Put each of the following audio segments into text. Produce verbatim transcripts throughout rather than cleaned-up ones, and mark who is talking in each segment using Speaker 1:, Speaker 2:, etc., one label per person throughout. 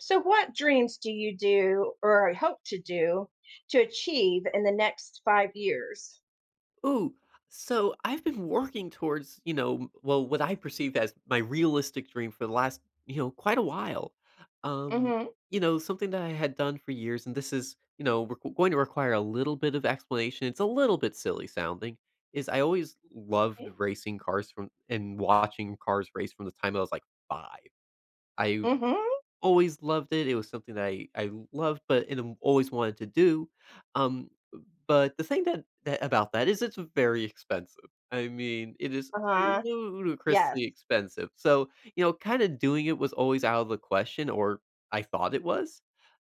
Speaker 1: So, what dreams do you do or hope to do to achieve in the next five years?
Speaker 2: Ooh, so I've been working towards, you know, m- well, what I perceive as my realistic dream for the last, you know, quite a while. Um,
Speaker 1: Mm-hmm.
Speaker 2: you know, Something that I had done for years, and this is, you know, requ- going to require a little bit of explanation. It's a little bit silly sounding. Is I always loved
Speaker 1: Okay.
Speaker 2: racing cars from and watching cars race from the time I was like five. I
Speaker 1: Mm-hmm.
Speaker 2: Always loved it. It was something that I I loved, but and am- always wanted to do. Um, but the thing that, that about that is it's very expensive. I mean, it is
Speaker 1: Uh-huh. Yes.
Speaker 2: ludicrously expensive. So you know, kind of doing it was always out of the question, or I thought it was.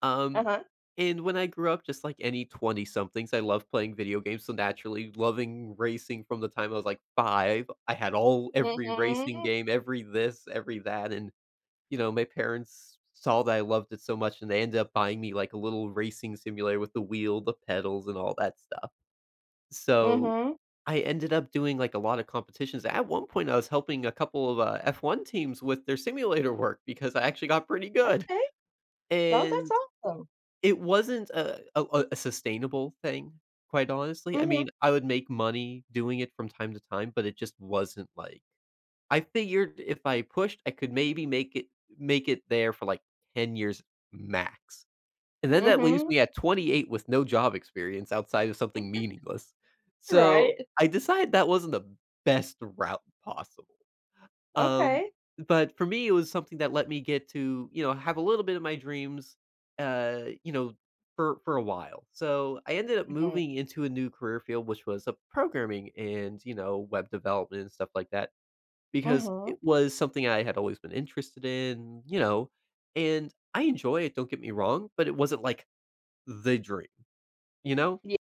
Speaker 2: Um,
Speaker 1: Uh-huh.
Speaker 2: and when I grew up, just like any 20 somethings, I loved playing video games. So naturally, loving racing from the time I was like five, I had all every racing
Speaker 1: Mm-hmm.
Speaker 2: game, every this, every that. And you know, my parents saw that I loved it so much, and they ended up buying me like a little racing simulator with the wheel, the pedals, and all that stuff. So
Speaker 1: Mm-hmm.
Speaker 2: I ended up doing like a lot of competitions. At one point, I was helping a couple of uh, F one teams with their simulator work because I actually got pretty good.
Speaker 1: Okay. Oh, that's
Speaker 2: And
Speaker 1: awesome.
Speaker 2: it wasn't a, a, a a sustainable thing, quite honestly. I
Speaker 1: Mm-hmm.
Speaker 2: mean, I would make money doing it from time to time, but it just wasn't like I figured if I pushed, I could maybe make it make it there for, like, 10 years max, and then that leaves
Speaker 1: Mm-hmm.
Speaker 2: me at twenty-eight with no job experience outside of something meaningless. So,
Speaker 1: Right.
Speaker 2: I decided that wasn't the best route possible, um,
Speaker 1: Okay.
Speaker 2: but for me, it was something that let me get to, you know, have a little bit of my dreams, uh, you know, for for a while. So, I ended up
Speaker 1: Mm-hmm.
Speaker 2: moving into a new career field, which was, uh, programming and, you know, web development and stuff like that because it
Speaker 1: Mm-hmm.
Speaker 2: was something I had always been interested in, you know, and I enjoy it, don't get me wrong, but it wasn't like the dream, you know?
Speaker 1: Yeah.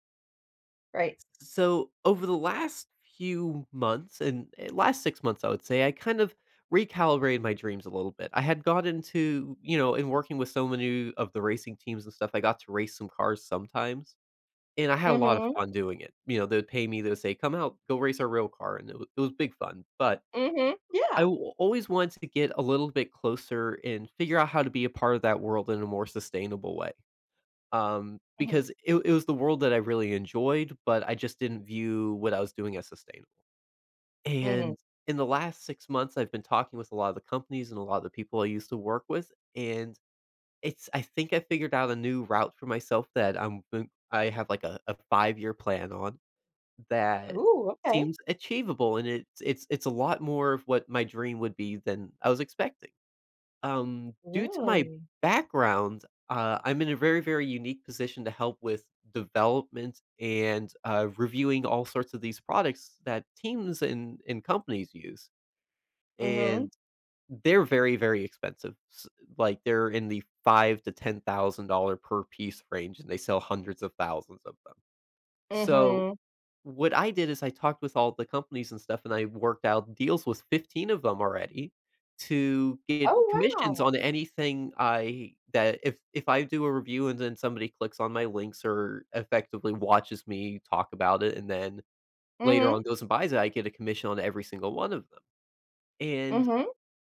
Speaker 1: Right.
Speaker 2: So over the last few months, and eh, last six months, I would say, I kind of recalibrated my dreams a little bit. I had got into, you know, in working with so many of the racing teams and stuff, I got to race some cars sometimes. And I had a lot of
Speaker 1: Mm-hmm.
Speaker 2: fun doing it. You know, they would pay me, they would say, come out, go race our real car. And it was, it was big fun. But
Speaker 1: Mm-hmm.
Speaker 2: I
Speaker 1: Yeah.
Speaker 2: w- always wanted to get a little bit closer and figure out how to be a part of that world in a more sustainable way. Um,
Speaker 1: Mm-hmm.
Speaker 2: because it, it was the world that I really enjoyed, but I just didn't view what I was doing as sustainable.
Speaker 1: Mm-hmm.
Speaker 2: And in the last six months, I've been talking with a lot of the companies and a lot of the people I used to work with, and it's I think I figured out a new route for myself that I'm gon- I have like a, a five year plan on that
Speaker 1: Ooh, okay.
Speaker 2: seems achievable, and it's it's it's a lot more of what my dream would be than I was expecting. Um, due to my
Speaker 1: Really?
Speaker 2: background, uh, I'm in a very, very unique position to help with development and, uh, reviewing all sorts of these products that teams and and companies use,
Speaker 1: Mm-hmm.
Speaker 2: and they're very, very expensive. S Like, they're in the five to ten thousand dollars per piece range, and they sell hundreds of thousands of them. So
Speaker 1: Mm-hmm.
Speaker 2: what I did is I talked with all the companies and stuff, and I worked out deals with fifteen of them already to get
Speaker 1: Oh
Speaker 2: commissions
Speaker 1: wow.
Speaker 2: on anything I that if if I do a review and then somebody clicks on my links or effectively watches me talk about it and then later
Speaker 1: Mm-hmm.
Speaker 2: on goes and buys it, I get a commission on every single one of them. And
Speaker 1: Mm-hmm.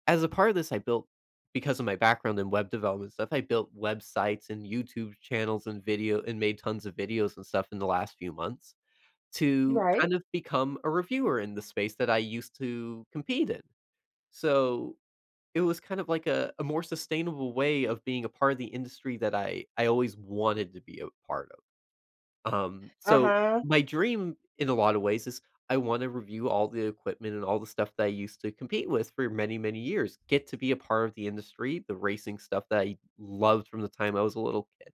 Speaker 2: as a part of this, I built because of my background in web development stuff, I built websites and YouTube channels and video and made tons of videos and stuff in the last few months to
Speaker 1: Right.
Speaker 2: kind of become a reviewer in the space that I used to compete in. So, it was kind of like a a more sustainable way of being a part of the industry that I I always wanted to be a part of. Um, so
Speaker 1: Uh-huh.
Speaker 2: my dream in a lot of ways is I wanna review all the equipment and all the stuff that I used to compete with for many, many years, get to be a part of the industry, the racing stuff that I loved from the time I was a little kid.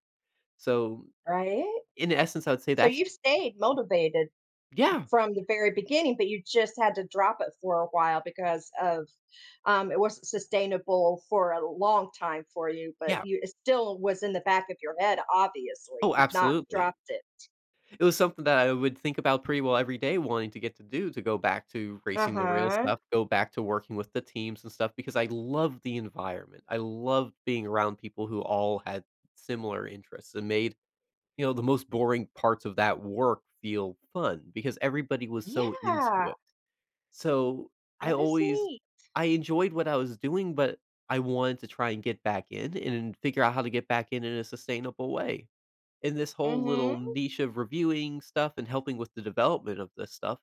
Speaker 2: So,
Speaker 1: Right?
Speaker 2: in essence, I would say
Speaker 1: So
Speaker 2: that's.
Speaker 1: you've stayed motivated
Speaker 2: Yeah,
Speaker 1: from the very beginning, but you just had to drop it for a while because of um, it wasn't sustainable for a long time for you, but
Speaker 2: yeah.
Speaker 1: you it still was in the back of your head, obviously.
Speaker 2: Oh,
Speaker 1: You've not
Speaker 2: absolutely.
Speaker 1: dropped it.
Speaker 2: It was something that I would think about pretty well every day, wanting to get to do, to go back to racing the real
Speaker 1: Uh-huh.
Speaker 2: stuff, go back to working with the teams and stuff because I loved the environment. I loved being around people who all had similar interests and made, you know, the most boring parts of that work feel fun because everybody was so into
Speaker 1: Yeah,
Speaker 2: it. So, I
Speaker 1: that is
Speaker 2: always
Speaker 1: neat.
Speaker 2: I enjoyed what I was doing, but I wanted to try and get back in and figure out how to get back in in a sustainable way in this whole little
Speaker 1: Mm-hmm.
Speaker 2: niche of reviewing stuff, and helping with the development of this stuff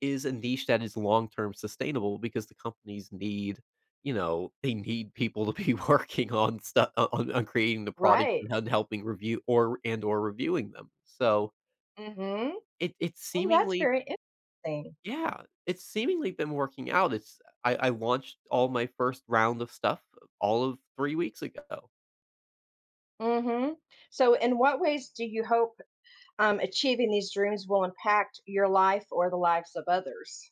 Speaker 2: is a niche that is long term sustainable because the companies need, you know they need people to be working on stuff on, on creating the products
Speaker 1: Right.
Speaker 2: and hel- helping review or and or reviewing them. So
Speaker 1: Mm-hmm.
Speaker 2: it it's
Speaker 1: Oh, that's
Speaker 2: seemingly,
Speaker 1: very interesting.
Speaker 2: yeah, it's seemingly been working out. It's I, I launched all my first round of stuff all of three weeks ago.
Speaker 1: Mm-hmm. So in what ways do you hope um, achieving these dreams will impact your life or the lives of others?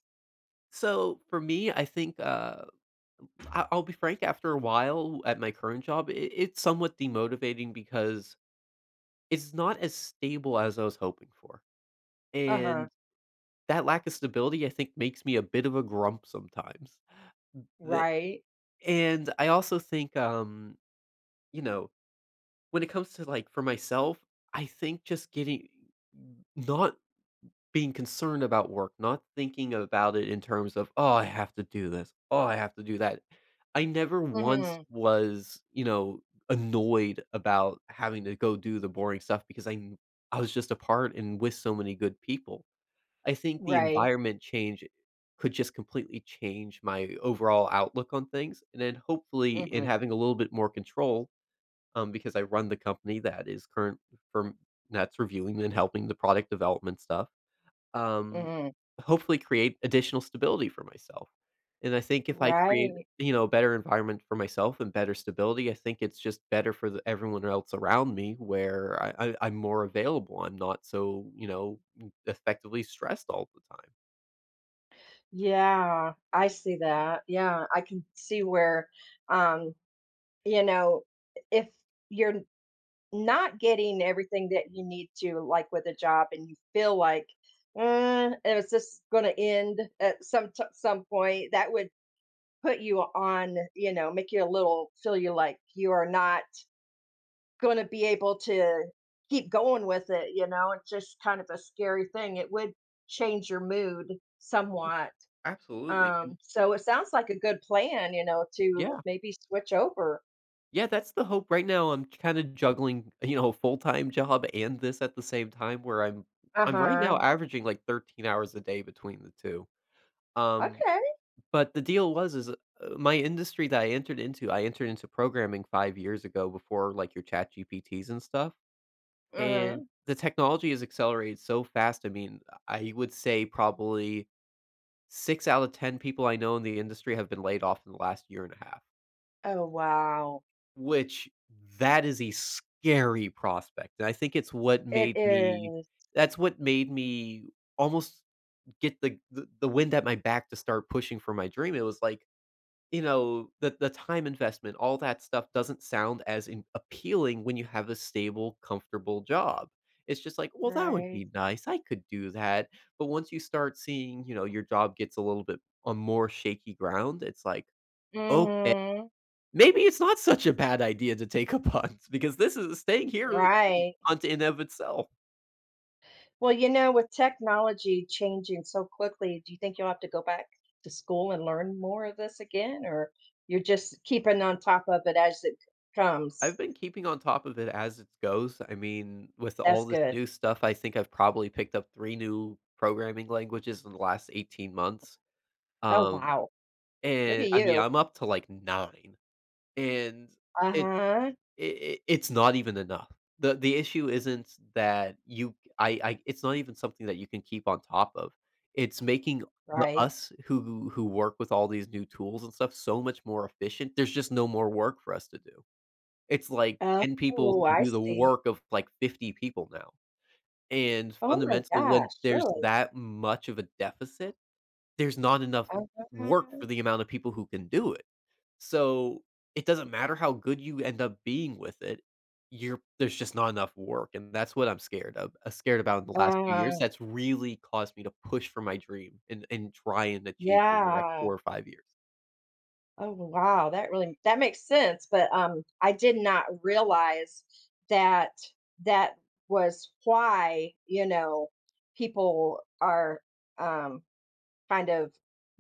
Speaker 2: So for me, I think, uh I I'll be frank, after a while at my current job, it it's somewhat demotivating because it's not as stable as I was hoping for,
Speaker 1: Uh-huh.
Speaker 2: and that lack of stability, I think, makes me a bit of a grump sometimes. The
Speaker 1: Right.
Speaker 2: And I also think, um, you know, when it comes to, like, for myself, I think just getting, not Being concerned about work, not thinking about it in terms of, "Oh, I have to do this. Oh, I have to do that." I never once
Speaker 1: Mhm.
Speaker 2: was, you know, annoyed about having to go do the boring stuff because I kn I was just a part and with so many good people. I think the
Speaker 1: Right.
Speaker 2: environment change could just completely change my overall outlook on things, and then, hopefully, in
Speaker 1: Mhm.
Speaker 2: having a little bit more control, um, because I run the company that is current from that's reviewing and helping the product development stuff, um,
Speaker 1: Mhm.
Speaker 2: hopefully create additional stability for myself. And I think if I create,
Speaker 1: Right.
Speaker 2: you know, a better environment for myself and better stability, I think it's just better for the, everyone else around me, where I, I, I'm more available. I'm not so, you know, effectively stressed all the time.
Speaker 1: Yeah, I see that. Yeah, I can see where, um, you know, if you're not getting everything that you need to, like with a job, and you feel like, "Uh, is this gonna end at some t some point?" That would put you on, you know, make you a little feel you like you are not gonna be able to keep going with it, you know? It's just kind of a scary thing. It would change your mood somewhat.
Speaker 2: Absolutely. And
Speaker 1: Um, so it sounds like a good plan, you know, to
Speaker 2: yeah,
Speaker 1: maybe switch over.
Speaker 2: yeah, that's the hope right now. I'm kind of juggling, you know, a full time job and this at the same time, where I'm I'm right now
Speaker 1: Uh-huh.
Speaker 2: averaging like thirteen hours a day between the two. Um
Speaker 1: Okay.
Speaker 2: But the deal was is, uh, my industry that I entered into, I entered into programming 5 years ago before, like, your ChatGPTs and stuff, and
Speaker 1: Mhm.
Speaker 2: the technology has accelerated so fast. I mean, I would say probably six out of ten people I know in the industry have been laid off in the last year and a half,
Speaker 1: Oh, wow.
Speaker 2: which, that is a scary prospect, and I think it's what
Speaker 1: It
Speaker 2: made me
Speaker 1: is,
Speaker 2: that's what made me almost get the the the wind at my back to start pushing for my dream. It was like, "You know, the the time investment, all that stuff doesn't sound as in appealing when you have a stable, comfortable job. It's just like, 'Well, that would
Speaker 1: right?
Speaker 2: be nice, I could do that,' but once you start seeing, you know, your job gets a little bit on more shaky ground, it's like, 'Okay,
Speaker 1: Mhm.
Speaker 2: maybe it's not such a bad idea to take up hunts because this is staying here is a
Speaker 1: Right.
Speaker 2: hunt in of itself.'"
Speaker 1: Well, you know, with technology changing so quickly, do you think you'll have to go back to school and learn more of this again, or you're just keeping on top of it as it comes?
Speaker 2: I've been keeping on top of it as it goes. I mean, with
Speaker 1: That's
Speaker 2: all this
Speaker 1: good.
Speaker 2: new stuff, I think I've probably picked up three new programming languages in the last eighteen months.
Speaker 1: Oh,
Speaker 2: Um,
Speaker 1: wow. Look at
Speaker 2: and I mean,
Speaker 1: you.
Speaker 2: I'm up to, like, nine, and it's
Speaker 1: Uh-huh.
Speaker 2: i it's not even enough. The the issue isn't that you I I it's not even something that you can keep on top of. It's making the
Speaker 1: Right.
Speaker 2: us who who work with all these new tools and stuff so much more efficient. There's just no more work for us to do. It's like ten people
Speaker 1: Oh,
Speaker 2: can
Speaker 1: I
Speaker 2: do the
Speaker 1: see.
Speaker 2: work of, like, fifty people now, and
Speaker 1: Oh my
Speaker 2: fundamentally,
Speaker 1: gosh,
Speaker 2: when there's
Speaker 1: really?
Speaker 2: that much of a deficit, there's not enough work for
Speaker 1: Uh-huh.
Speaker 2: the amount of people who can do it. So, it doesn't matter how good you end up being with it, you're there's just not enough work, and that's what I'm scared of uh, scared about in the last few years.
Speaker 1: Uh,
Speaker 2: That's really caused me to push for my dream and and try and achieve in the next
Speaker 1: yeah.
Speaker 2: four or five years.
Speaker 1: Oh, wow, that really that makes sense, but, um, I did not realize that that was why, you know, people are, um, kind of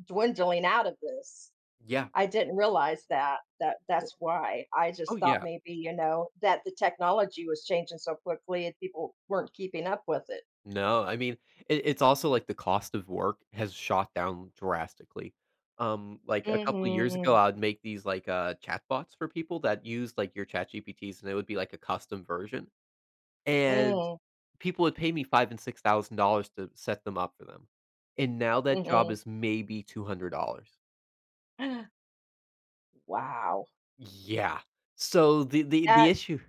Speaker 1: dwindling out of this.
Speaker 2: Yeah.
Speaker 1: I didn't realize that that that's why. I
Speaker 2: Oh,
Speaker 1: just thought
Speaker 2: yeah.
Speaker 1: maybe, you know, that the technology was changing so quickly and people weren't keeping up with it.
Speaker 2: No, I mean, it it's also, like, the cost of work has shot down drastically. Um, like, a couple of years ago,
Speaker 1: Mm.
Speaker 2: I would make these, like, uh, chatbots for people that used, like, your chat ChatGPTs, and it would be, like, a custom version, and
Speaker 1: Mhm.
Speaker 2: people would pay me five and six thousand dollars to set them up for them, and now
Speaker 1: Mm,
Speaker 2: that job
Speaker 1: mhm.
Speaker 2: is maybe two hundred dollars.
Speaker 1: Wow.
Speaker 2: Yeah. So, the the the
Speaker 1: That
Speaker 2: issue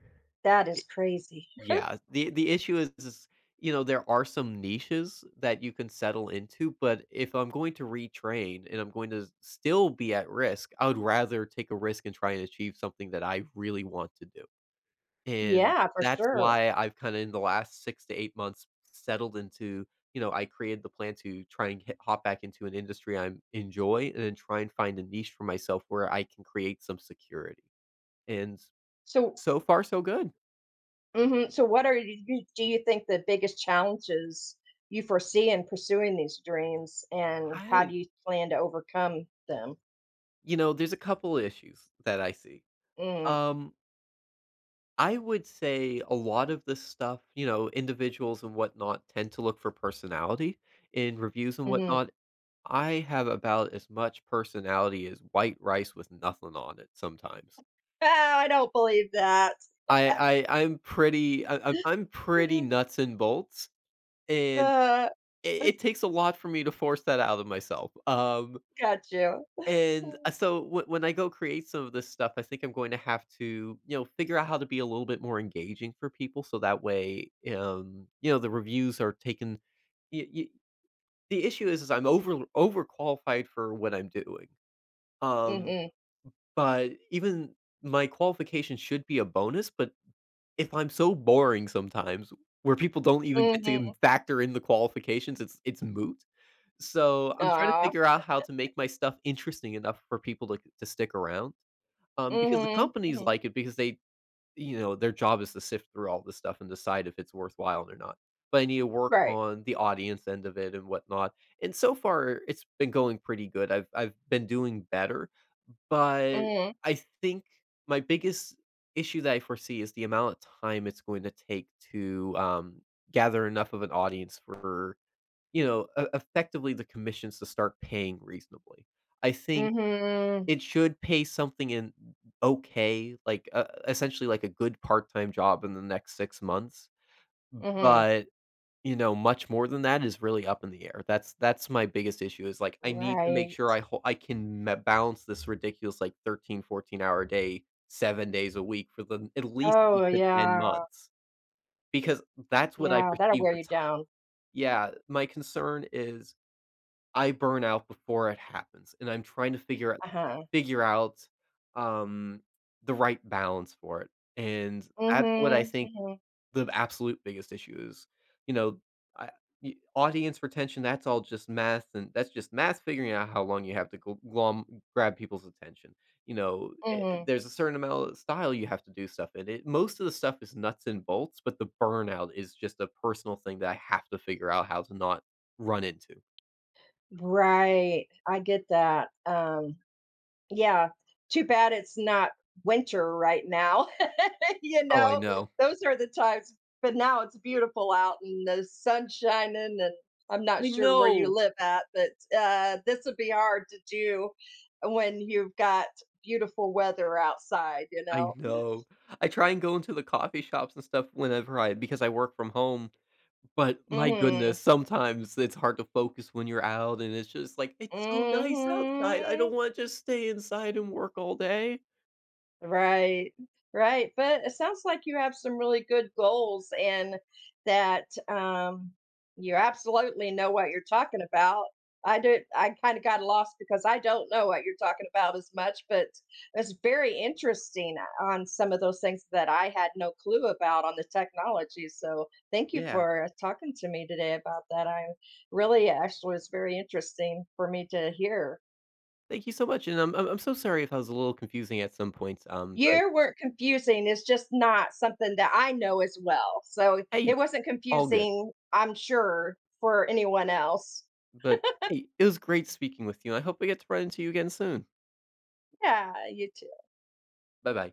Speaker 1: that is crazy.
Speaker 2: yeah, the the issue is is, you know, there are some niches that you can settle into, but if I'm going to retrain and I'm going to still be at risk, I would rather take a risk and try and achieve something that I really want to do. And
Speaker 1: Yeah, for
Speaker 2: that's
Speaker 1: sure.
Speaker 2: why I've kind of in the last six to eight months settled into, you know, I created the plan to try and hit, hop back into an industry I enjoy and then try and find a niche for myself where I can create some security. And
Speaker 1: So
Speaker 2: so far so good.
Speaker 1: mhm, so what are you do you think the biggest challenges you foresee in pursuing these dreams, and how do
Speaker 2: I
Speaker 1: you plan to overcome them?
Speaker 2: You know, there's a couple issues that I see.
Speaker 1: Mm,
Speaker 2: Um, I would say a lot of this stuff, you know, individuals and whatnot tend to look for personality in reviews and
Speaker 1: mhm.
Speaker 2: whatnot. I have about as much personality as white rice with nothing on it sometimes.
Speaker 1: Ah, I don't believe that.
Speaker 2: I, I I'm pretty I, I'm I'm pretty nuts and bolts, and
Speaker 1: Uh,
Speaker 2: it, it takes a lot for me to force that out of myself. Um,
Speaker 1: got you.
Speaker 2: And, uh, so whe when I go create some of this stuff, I think I'm going to have to, you know, figure out how to be a little bit more engaging for people so that way, um, you know, the reviews are taken. Y y The issue is is I'm over overqualified for what I'm doing. Um,
Speaker 1: Mhm,
Speaker 2: but even my qualification should be a bonus, but if I'm so boring sometimes where people don't even get to
Speaker 1: mhm.
Speaker 2: factor in the qualifications, it's it's moot. So, I'm trying to
Speaker 1: Aw,
Speaker 2: figure out how to make my stuff interesting enough for people to to stick around, um, because the
Speaker 1: mhm,
Speaker 2: companies
Speaker 1: mhm.
Speaker 2: like it because they you know, their job is to sift through all this stuff and decide if it's worthwhile or not. But I need to work
Speaker 1: Right.
Speaker 2: on the audience end of it and whatnot, and so far, it's been going pretty good. I've I've been doing better, but
Speaker 1: Mhm,
Speaker 2: I think my biggest issue that I foresee is the amount of time it's going to take to, um, gather enough of an audience for, you know, e effectively the commissions to start paying reasonably. I think
Speaker 1: mhm,
Speaker 2: it should pay something in okay, like, uh, essentially like a good part-time job in the next six months,
Speaker 1: mhm.
Speaker 2: but, you know, much more than that is really up in the air. That's that's my biggest issue is, like, I need to make
Speaker 1: Right.
Speaker 2: sure I ho I can ma balance this ridiculous, like, thirteen fourteen hour day seven days a week for the at least eight
Speaker 1: Oh,
Speaker 2: to ten
Speaker 1: yeah.
Speaker 2: months because that's what I
Speaker 1: Yeah, that'll
Speaker 2: perceive
Speaker 1: wear
Speaker 2: the
Speaker 1: you
Speaker 2: ti
Speaker 1: down.
Speaker 2: Yeah, my concern is I burn out before it happens, and I'm trying to figure out
Speaker 1: Uh-huh.
Speaker 2: figure out, um, the right balance for it, and that's what I
Speaker 1: Mhm,
Speaker 2: think
Speaker 1: mhm,
Speaker 2: the absolute biggest issue is. You know, I y audience retention, that's all just math, and that's just math figuring out how long you have to gl glom grab people's attention. You know, eh,
Speaker 1: mhm.
Speaker 2: there's a certain amount of style you have to do stuff in it. Most of the stuff is nuts and bolts, but the burnout is just a personal thing that I have to figure out how to not run into.
Speaker 1: Right, I get that, um, yeah, too bad it's not winter right now, you
Speaker 2: Oh, I
Speaker 1: know?
Speaker 2: know.
Speaker 1: Those are the times but now it's beautiful out and the sun's shining and I'm not
Speaker 2: I
Speaker 1: sure where you
Speaker 2: know.
Speaker 1: live at, but, uh, this would be hard to do when you've got beautiful weather outside, you
Speaker 2: I
Speaker 1: know?
Speaker 2: know. I try and go into the coffee shops and stuff whenever I because I work from home, but my
Speaker 1: Mhm.
Speaker 2: goodness, sometimes it's hard to focus when you're out and it's just like, "It's so nice outside. I
Speaker 1: Mhm.
Speaker 2: don't wanna just stay inside and work all day."
Speaker 1: Right. Right. But it sounds like you have some really good goals and that um you absolutely know what you're talking about. I did I kind of got lost because I don't know what you're talking about as much, but it's very interesting on some of those things that I had no clue about on the technology. So thank you
Speaker 2: Yeah.
Speaker 1: for talking to me today about that. I really actually was very interesting for me to hear.
Speaker 2: Thank you so much, and I'm I'm I'm so sorry if I was a little confusing at some points, um, but,
Speaker 1: Your word confusing is just not something that I know as well, so it
Speaker 2: hey,
Speaker 1: wasn't
Speaker 2: all good.
Speaker 1: confusing, I'm sure, for anyone else.
Speaker 2: But, hey, it was great speaking with you, and I hope I get to run into you again soon.
Speaker 1: Yeah, you too.
Speaker 2: Bye-bye.